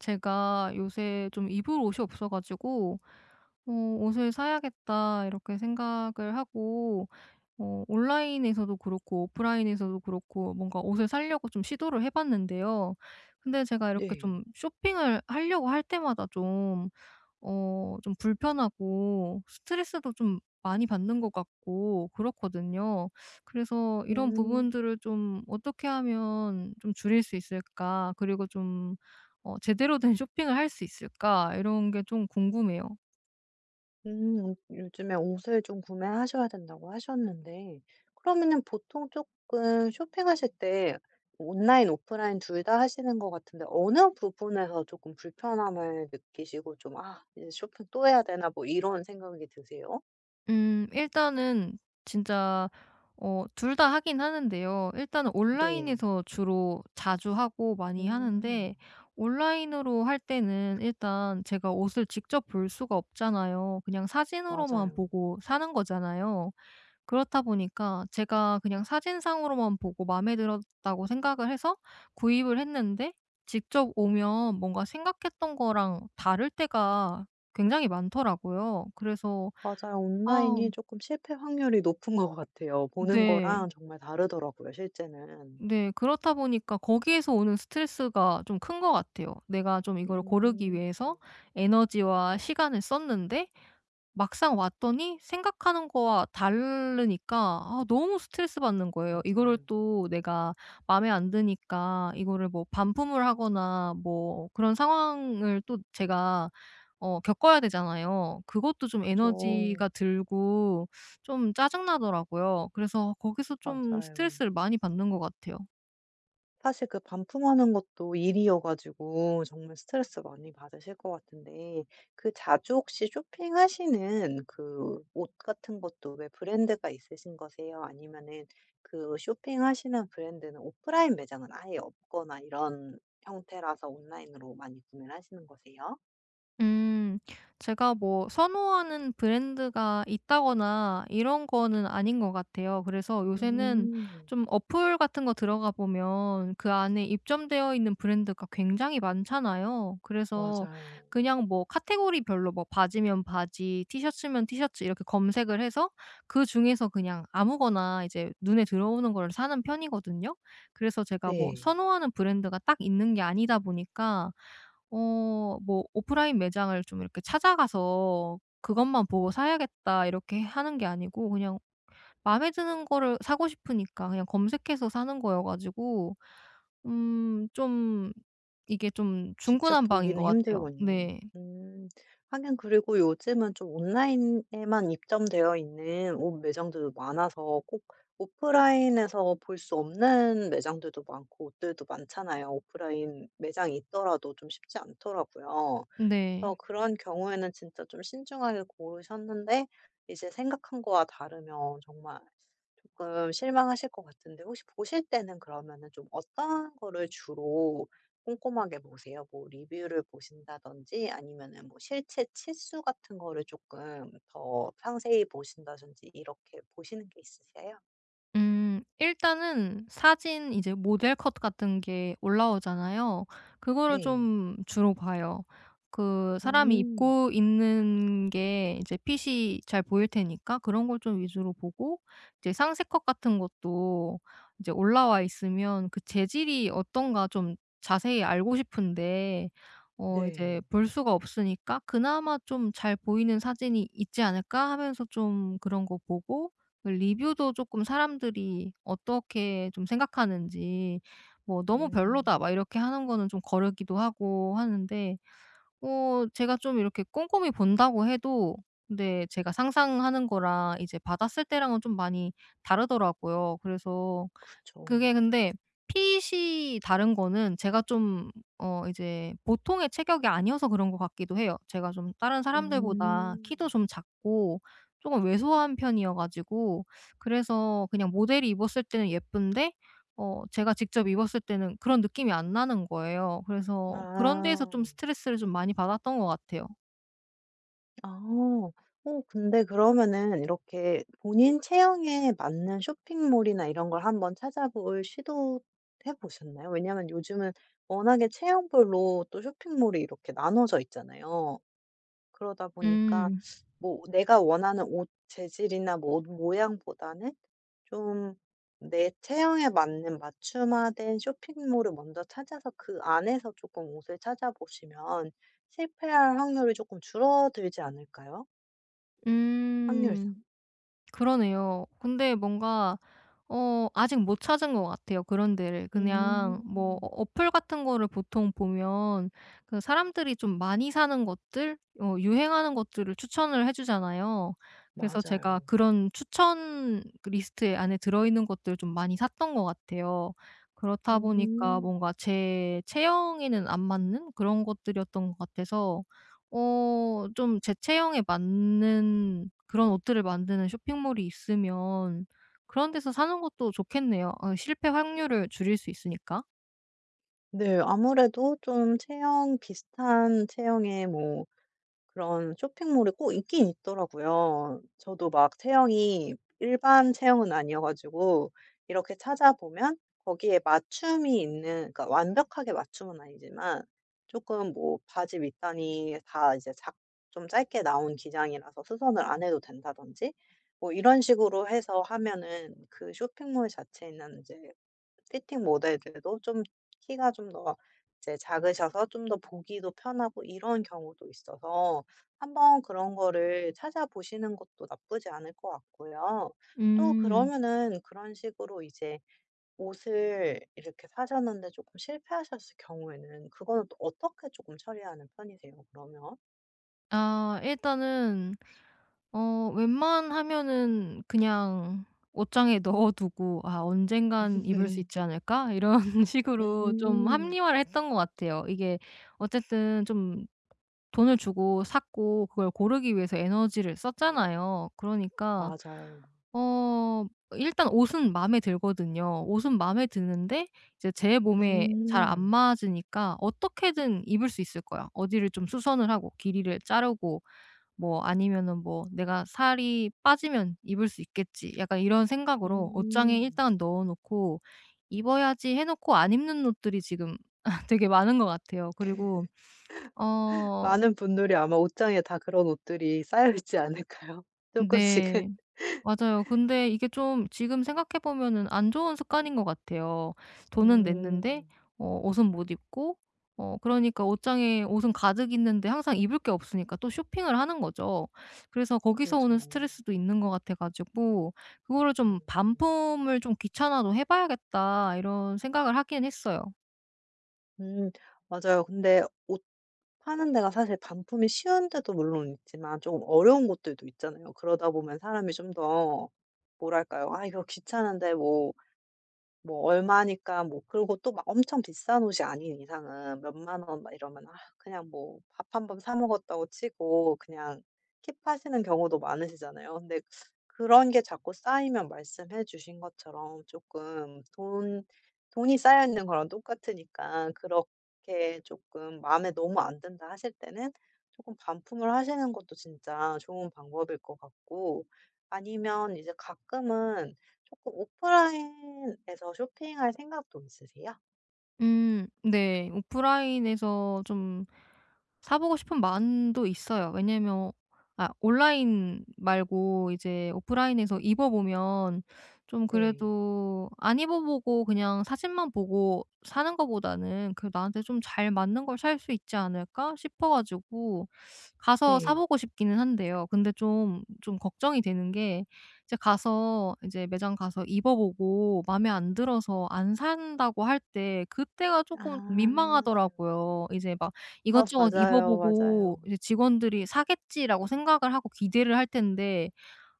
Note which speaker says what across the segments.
Speaker 1: 제가 요새 좀 입을 옷이 없어 가지고 어 '옷을 사야겠다.' 이렇게 생각을 하고 온라인에서도 그렇고 오프라인에서도 그렇고 뭔가 옷을 사려고 좀 시도를 해 봤는데요. 근데 제가 이렇게 좀
Speaker 2: 네.
Speaker 1: 쇼핑을 하려고 할 때마다 좀 좀 불편하고 스트레스도 좀 많이 받는 것 같고 그렇거든요. 그래서 이런
Speaker 2: 음.
Speaker 1: 부분들을 좀 어떻게 하면 좀 줄일 수 있을까? 그리고 좀 제대로 된 쇼핑을 할 수 있을까? 이런 게 좀 궁금해요.
Speaker 2: 요즘에 옷을 좀 구매하셔야 된다고 하셨는데, 그러면은 보통 조금 쇼핑하실 때 온라인, 오프라인 둘 다 하시는 것 같은데 어느 부분에서 조금 불편함을 느끼시고 좀 '아 이제 쇼핑 또 해야 되나?' 뭐 이런 생각이 드세요?
Speaker 1: 일단은 진짜 둘 다 하긴 하는데요. 일단은
Speaker 2: 네.
Speaker 1: 온라인에서 주로 자주 하고 많이
Speaker 2: 음.
Speaker 1: 하는데, 온라인으로 할 때는 일단 제가 옷을 직접 볼 수가 없잖아요. 그냥 사진으로만
Speaker 2: 맞아요.
Speaker 1: 보고 사는 거잖아요. 그렇다 보니까 제가 그냥 사진상으로만 보고 마음에 들었다고 생각을 해서 구입을 했는데, 직접 오면 뭔가 생각했던 거랑 다를 때가 굉장히 많더라고요. 그래서
Speaker 2: 맞아요.
Speaker 1: '아
Speaker 2: 온라인이 조금 실패 확률이 높은 것 같아요. 보는
Speaker 1: 네.
Speaker 2: 거랑 정말 다르더라고요 실제는.
Speaker 1: 네. 그렇다 보니까 거기에서 오는 스트레스가 좀 큰 것 같아요. 내가 좀 이걸 고르기
Speaker 2: 음.
Speaker 1: 위해서 에너지와 시간을 썼는데, 막상 왔더니 생각하는 거와 다르니까, 아 너무 스트레스받는 거예요. 이거를
Speaker 2: 맞아요.
Speaker 1: 또 내가 마음에 안 드니까 이거를 뭐 반품을 하거나 뭐 그런 상황을 또 제가 겪어야 되잖아요. 그것도 좀
Speaker 2: 그죠.
Speaker 1: 에너지가 들고 좀 짜증 나더라고요. 그래서 거기서 좀
Speaker 2: 맞아요.
Speaker 1: 스트레스를 많이 받는 것 같아요.
Speaker 2: 사실 그 반품하는 것도 일이어 가지고 정말 스트레스 많이 받으실 것 같은데, 그 자주 혹시 쇼핑하시는 그 옷 같은 것도 왜 브랜드가 있으신 거세요? 아니면은 그 쇼핑하시는 브랜드는 오프라인 매장은 아예 없거나 이런 형태라서 온라인으로 많이 구매를 하시는 거세요?
Speaker 1: 음. 제가 뭐 선호하는 브랜드가 있다거나 이런 거는 아닌 것 같아요. 그래서 요새는
Speaker 2: 음.
Speaker 1: 좀 어플 같은 거 들어가 보면 그 안에 입점되어 있는 브랜드가 굉장히 많잖아요. 그래서
Speaker 2: 맞아요.
Speaker 1: 그냥 뭐 카테고리별로 뭐 바지면 바지, 티셔츠면 티셔츠, 이렇게 검색을 해서 그중에서 그냥 아무거나 이제 눈에 들어오는 거를 사는 편이거든요. 그래서 제가 뭐
Speaker 2: 네.
Speaker 1: 선호하는 브랜드가 딱 있는 게 아니다 보니까 뭐 '오프라인 매장을 좀 이렇게 찾아가서 그것만 보고 사야겠다.' 이렇게 하는 게 아니고, 그냥 마음에 드는 거를 사고 싶으니까 그냥 검색해서 사는 거여 가지고 좀 이게 좀
Speaker 2: 직접
Speaker 1: 중구난방인
Speaker 2: 보기는
Speaker 1: 것 같아요.
Speaker 2: 힘들군요.
Speaker 1: 네.
Speaker 2: 음. 하긴 그리고 요즘은 좀 온라인에만 입점되어 있는 옷 매장들도 많아서 꼭 오프라인에서 볼 수 없는 매장들도 많고 옷들도 많잖아요. 오프라인 매장이 있더라도 좀 쉽지 않더라고요. 그래서
Speaker 1: 네.
Speaker 2: 그런 경우에는 진짜 좀 신중하게 고르셨는데 이제 생각한 거와 다르면 정말 조금 실망하실 것 같은데, 혹시 보실 때는 그러면은 좀 어떤 거를 주로 꼼꼼하게 보세요? 뭐 리뷰를 보신다든지 아니면은 뭐 실제 치수 같은 거를 조금 더 상세히 보신다든지 이렇게 보시는 게 있으세요?
Speaker 1: 일단은 사진 이제 모델 컷 같은 게 올라오잖아요. 그거를
Speaker 2: 네.
Speaker 1: 좀 주로 봐요. 그 사람이
Speaker 2: 음,
Speaker 1: 입고 있는 게 이제 핏이 잘 보일 테니까 그런 걸 좀 위주로 보고, 이제 상세 컷 같은 것도 이제 올라와 있으면 그 재질이 어떤가 좀 자세히 알고 싶은데 이제
Speaker 2: 네.
Speaker 1: 볼 수가 없으니까 '그나마 좀 잘 보이는 사진이 있지 않을까?' 하면서 좀 그런 거 보고, 그 리뷰도 조금 사람들이 어떻게 좀 생각하는지 뭐 "너무 별로다."
Speaker 2: 음,
Speaker 1: 막 이렇게 하는 거는 좀 거르기도 하고 하는데, 제가 좀 이렇게 꼼꼼히 본다고 해도, 근데 제가 상상하는 거랑 이제 받았을 때랑은 좀 많이 다르더라고요. 그래서
Speaker 2: 그쵸.
Speaker 1: 그게 근데, 핏이 다른 거는 제가 좀 이제 보통의 체격이 아니어서 그런 것 같기도 해요. 제가 좀 다른 사람들보다 키도
Speaker 2: 음.
Speaker 1: 좀 작고 쪼금 왜소한 편이어 가지고 그래서 그냥 모델이 입었을 때는 예쁜데 제가 직접 입었을 때는 그런 느낌이 안 나는 거예요. 그래서 그런 데에서
Speaker 2: 아.
Speaker 1: 좀 스트레스를 좀 많이 받았던 것 같아요.
Speaker 2: 아. 어 근데 그러면은 이렇게 본인 체형에 맞는 쇼핑몰이나 이런 걸 한번 찾아볼 시도해 보셨나요? 왜냐하면 요즘은 워낙에 체형별로 또 쇼핑몰이 이렇게 나눠져 있잖아요. 그러다 보니까
Speaker 1: 음.
Speaker 2: 뭐 내가 원하는 옷 재질이나 뭐옷 모양보다는 좀 내 체형에 맞는 맞춤화된 쇼핑몰을 먼저 찾아서 그 안에서 조금 옷을 찾아보시면 실패할 확률이 조금 줄어들지 않을까요?
Speaker 1: 음.
Speaker 2: 확률상.
Speaker 1: 그러네요. 근데 뭔가 아직 못 찾은 것 같아요, 그런 데를. 그냥 뭐
Speaker 2: 음.
Speaker 1: 어플 같은 거를 보통 보면 그 사람들이 좀 많이 사는 것들, 유행하는 것들을 추천을 해 주잖아요. 그래서 제가
Speaker 2: 맞아요.
Speaker 1: 그런 추천, 그 리스트에 안에 들어있는 것들을 좀 많이 샀던 것 같아요. 그렇다 보니까
Speaker 2: 음.
Speaker 1: 뭔가 제 체형에는 안 맞는 그런 것들이었던 것 같아서, 좀 제 체형에 맞는 그런 옷들을 만드는 쇼핑몰이 있으면 그런 데서 사는 것도 좋겠네요. 실패 확률을 줄일 수 있으니까.
Speaker 2: 네. 아무래도 좀 체형 비슷한 체형의 뭐 그런 쇼핑몰이 꼭 있긴 있더라고요. 저도 막 체형이 일반 체형은 아니어 가지고 이렇게 찾아보면 거기에 맞춤이 있는, 그러니까 완벽하게 맞춤은 아니지만 조금 뭐 바지 밑단이 다 이제 작 좀 짧게 나온 기장이라서 수선을 안 해도 된다든지 뭐 이런 식으로 해서 하면은 그 쇼핑몰 자체에 있는 이제 피팅 모델들도 좀 키가 좀 더 이제 작으셔서 좀 더 보기도 편하고 이런 경우도 있어서 한번 그런 거를 찾아보시는 것도 나쁘지 않을 것 같고요. 또
Speaker 1: 음.
Speaker 2: 그러면은 그런 식으로 이제 옷을 이렇게 사셨는데 조금 실패하셨을 경우에는 그거는 또 어떻게 조금 처리하는 편이세요 그러면?
Speaker 1: 아, 일단은 웬만하면은 그냥 옷장에 넣어 두고 '아 언젠간 입을 수 있지 않을까?' 이런 식으로 좀
Speaker 2: 음.
Speaker 1: 합리화를 했던 것 같아요. 이게 어쨌든 좀 돈을 주고 샀고 그걸 고르기 위해서 에너지를 썼잖아요. 그러니까
Speaker 2: 맞아요.
Speaker 1: 어 일단 옷은 마음에 들거든요. 옷은 마음에 드는데 이제 제 몸에 잘 안
Speaker 2: 음.
Speaker 1: 맞으니까 어떻게든 입을 수 있을 거야. 어디를 좀 수선을 하고 길이를 자르고, 뭐 아니면은 뭐 '내가 살이 빠지면 입을 수 있겠지.' 약간 이런 생각으로 옷장에
Speaker 2: 음.
Speaker 1: 일단 넣어 놓고 '입어야지.' 해 놓고 안 입는 옷들이 지금 되게 많은 것 같아요. 그리고 어
Speaker 2: 많은 분들이 아마 옷장에 다 그런 옷들이 쌓여 있지 않을까요? 조금씩은.
Speaker 1: 네. 맞아요. 근데 이게 좀 지금 생각해 보면은 안 좋은 습관인 것 같아요. 돈은 냈는데
Speaker 2: 음.
Speaker 1: 옷은 못 입고, 그러니까 옷장에 옷은 가득 있는데 항상 입을 게 없으니까 또 쇼핑을 하는 거죠. 그래서 거기서 오는
Speaker 2: 그죠.
Speaker 1: 스트레스도 있는 것 같아 가지고 그거를 좀
Speaker 2: 음.
Speaker 1: '반품을 좀 귀찮아도 해 봐야겠다.' 이런 생각을 하긴 했어요.
Speaker 2: 음. 맞아요. 근데 옷 파는 데가 사실 반품이 쉬운 데도 물론 있지만 조금 어려운 곳들도 있잖아요. 그러다 보면 사람이 좀 더 뭐랄까요? '아 이거 귀찮은데 뭐 얼마니까 뭐, 그리고 또 막 엄청 비싼 옷이 아닌 이상은 몇만 원 막 이러면 아 그냥 뭐 밥 한 번 사 먹었다고 치고 그냥 킵하시는 경우도 많으시잖아요. 근데 그런 게 자꾸 쌓이면 말씀해 주신 것처럼 조금 돈 돈이 쌓여 있는 거랑 똑같으니까, 그렇게 조금 '마음에 너무 안 든다.' 하실 때는 조금 반품을 하시는 것도 진짜 좋은 방법일 것 같고, 아니면 이제 가끔은 조금 오프라인에서 쇼핑할 생각도 있으세요?
Speaker 1: 음, 네. 오프라인에서 좀 사 보고 싶은 마음도 있어요. 왜냐면 아, 온라인 말고 이제 오프라인에서 입어 보면 좀
Speaker 2: 네.
Speaker 1: 그래도 안 입어 보고 그냥 사진만 보고 사는 거보다는 그래 '나한테 좀 잘 맞는 걸 살 수 있지 않을까?' 싶어 가지고 가서 사
Speaker 2: 네.
Speaker 1: 보고 싶기는 한데요. 근데 좀 걱정이 되는 게, 이제 가서 이제 매장 가서 입어 보고 마음에 안 들어서 안 산다고 할 때 그때가 쪼끔
Speaker 2: 아.
Speaker 1: 민망하더라고요. 이제 막
Speaker 2: 아
Speaker 1: 이것저것 입어
Speaker 2: 맞아요,
Speaker 1: 보고
Speaker 2: 맞아요.
Speaker 1: 이제 직원들이 '사겠지.'라고 생각을 하고 기대를 할 텐데,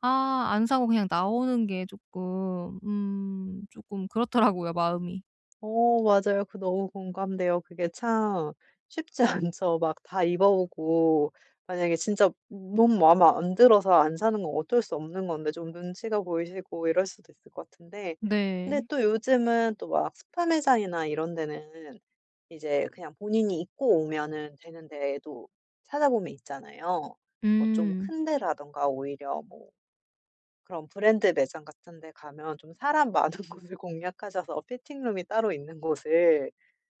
Speaker 1: 아 안 사고 그냥 나오는 게 쪼끔, 쪼끔 그렇더라고요 마음이.
Speaker 2: 어 맞아요. 그 너무 공감돼요. 그게 참 쉽지 않죠. 막 다 입어보고, 만약에 진짜 너무 마음에 안 들어서 안 사는 건 어쩔 수 없는 건데 좀 눈치가 보이시고 이럴 수도 있을 것 같은데, 근데
Speaker 1: 네.
Speaker 2: 또 요즘은 또 막 스파 매장이나 이런 데는 이제 그냥 본인이 입고 오면은 되는 데도 찾아보면 있잖아요. 뭐 좀
Speaker 1: 음.
Speaker 2: 큰 데라든가 오히려 뭐 그런 브랜드 매장 같은 데 가면 좀 사람 많은 곳을 공략하셔서 피팅룸이 따로 있는 곳을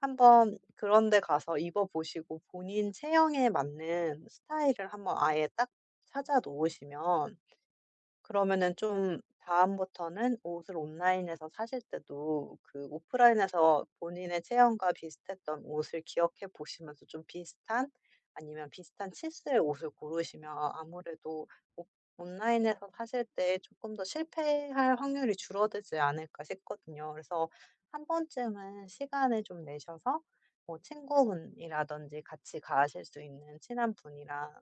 Speaker 2: 한번 그런 데 가서 입어 보시고 본인 체형에 맞는 스타일을 한번 아예 딱 찾아 놓으시면, 그러면은 좀 다음부터는 옷을 온라인에서 사실 때도 그 오프라인에서 본인의 체형과 비슷했던 옷을 기억해 보시면서 좀 비슷한, 아니면 비슷한 치수의 옷을 고르시면 아무래도 오- 온라인에서 사실 때 조금 더 실패할 확률이 줄어들지 않을까 싶거든요. 그래서 한 번쯤은 시간을 좀 내셔서 뭐 친구분이라든지 같이 가실 수 있는 친한 분이랑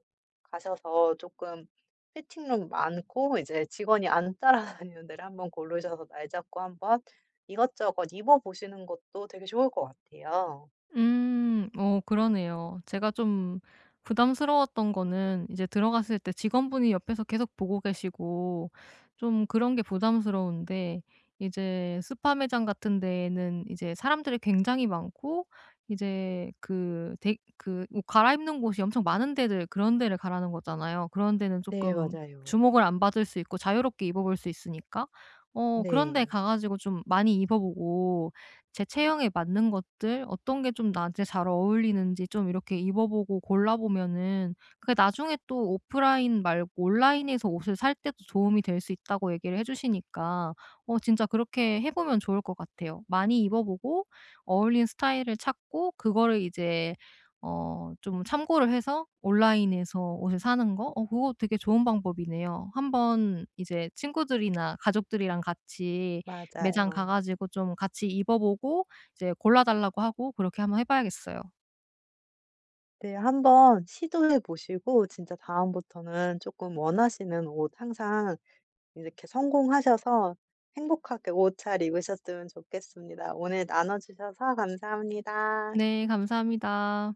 Speaker 2: 가셔서 조금 피팅룸 많고 이제 직원이 안 따라다니는 데를 한번 고르셔서 날 잡고 한번 이것저것 입어 보시는 것도 되게 좋을 것 같아요.
Speaker 1: 음. 그러네요. 제가 좀 부담스러웠던 거는 이제 들어갔을 때 직원분이 옆에서 계속 보고 계시고 좀 그런 게 부담스러운데, 이제 스파 매장 같은 데에는 이제 사람들이 굉장히 많고 이제 그 대 그 옷 갈아입는 곳이 엄청 많은 데들, 그런 데를 가라는 거잖아요. 그런 데는
Speaker 2: 네,
Speaker 1: 조금
Speaker 2: 맞아요.
Speaker 1: 주목을 안 받을 수 있고 자유롭게 입어 볼 수 있으니까 그런 데
Speaker 2: 네.
Speaker 1: 가 가지고 좀 많이 입어 보고, 제 체형에 맞는 것들 어떤 게 좀 나한테 잘 어울리는지 좀 이렇게 입어보고 골라보면은, 그게 나중에 또 오프라인 말고 온라인에서 옷을 살 때도 도움이 될 수 있다고 얘기를 해 주시니까 진짜 그렇게 해 보면 좋을 것 같아요. 많이 입어보고 어울리는 스타일을 찾고 그거를 이제 좀 참고를 해서 온라인에서 옷을 사는 거, 그거 되게 좋은 방법이네요. 한번 이제 친구들이나 가족들이랑 같이 매장 가
Speaker 2: 맞아요.
Speaker 1: 가지고 좀 같이 입어 보고, 이제 골라 달라고 하고 그렇게 한번 해 봐야겠어요.
Speaker 2: 네. 한번 시도해 보시고 진짜 다음부터는 조금 원하시는 옷 항상 이렇게 성공하셔서 행복하게 옷 잘 입으셨으면 좋겠습니다. 오늘 나눠 주셔서 감사합니다.
Speaker 1: 네, 감사합니다.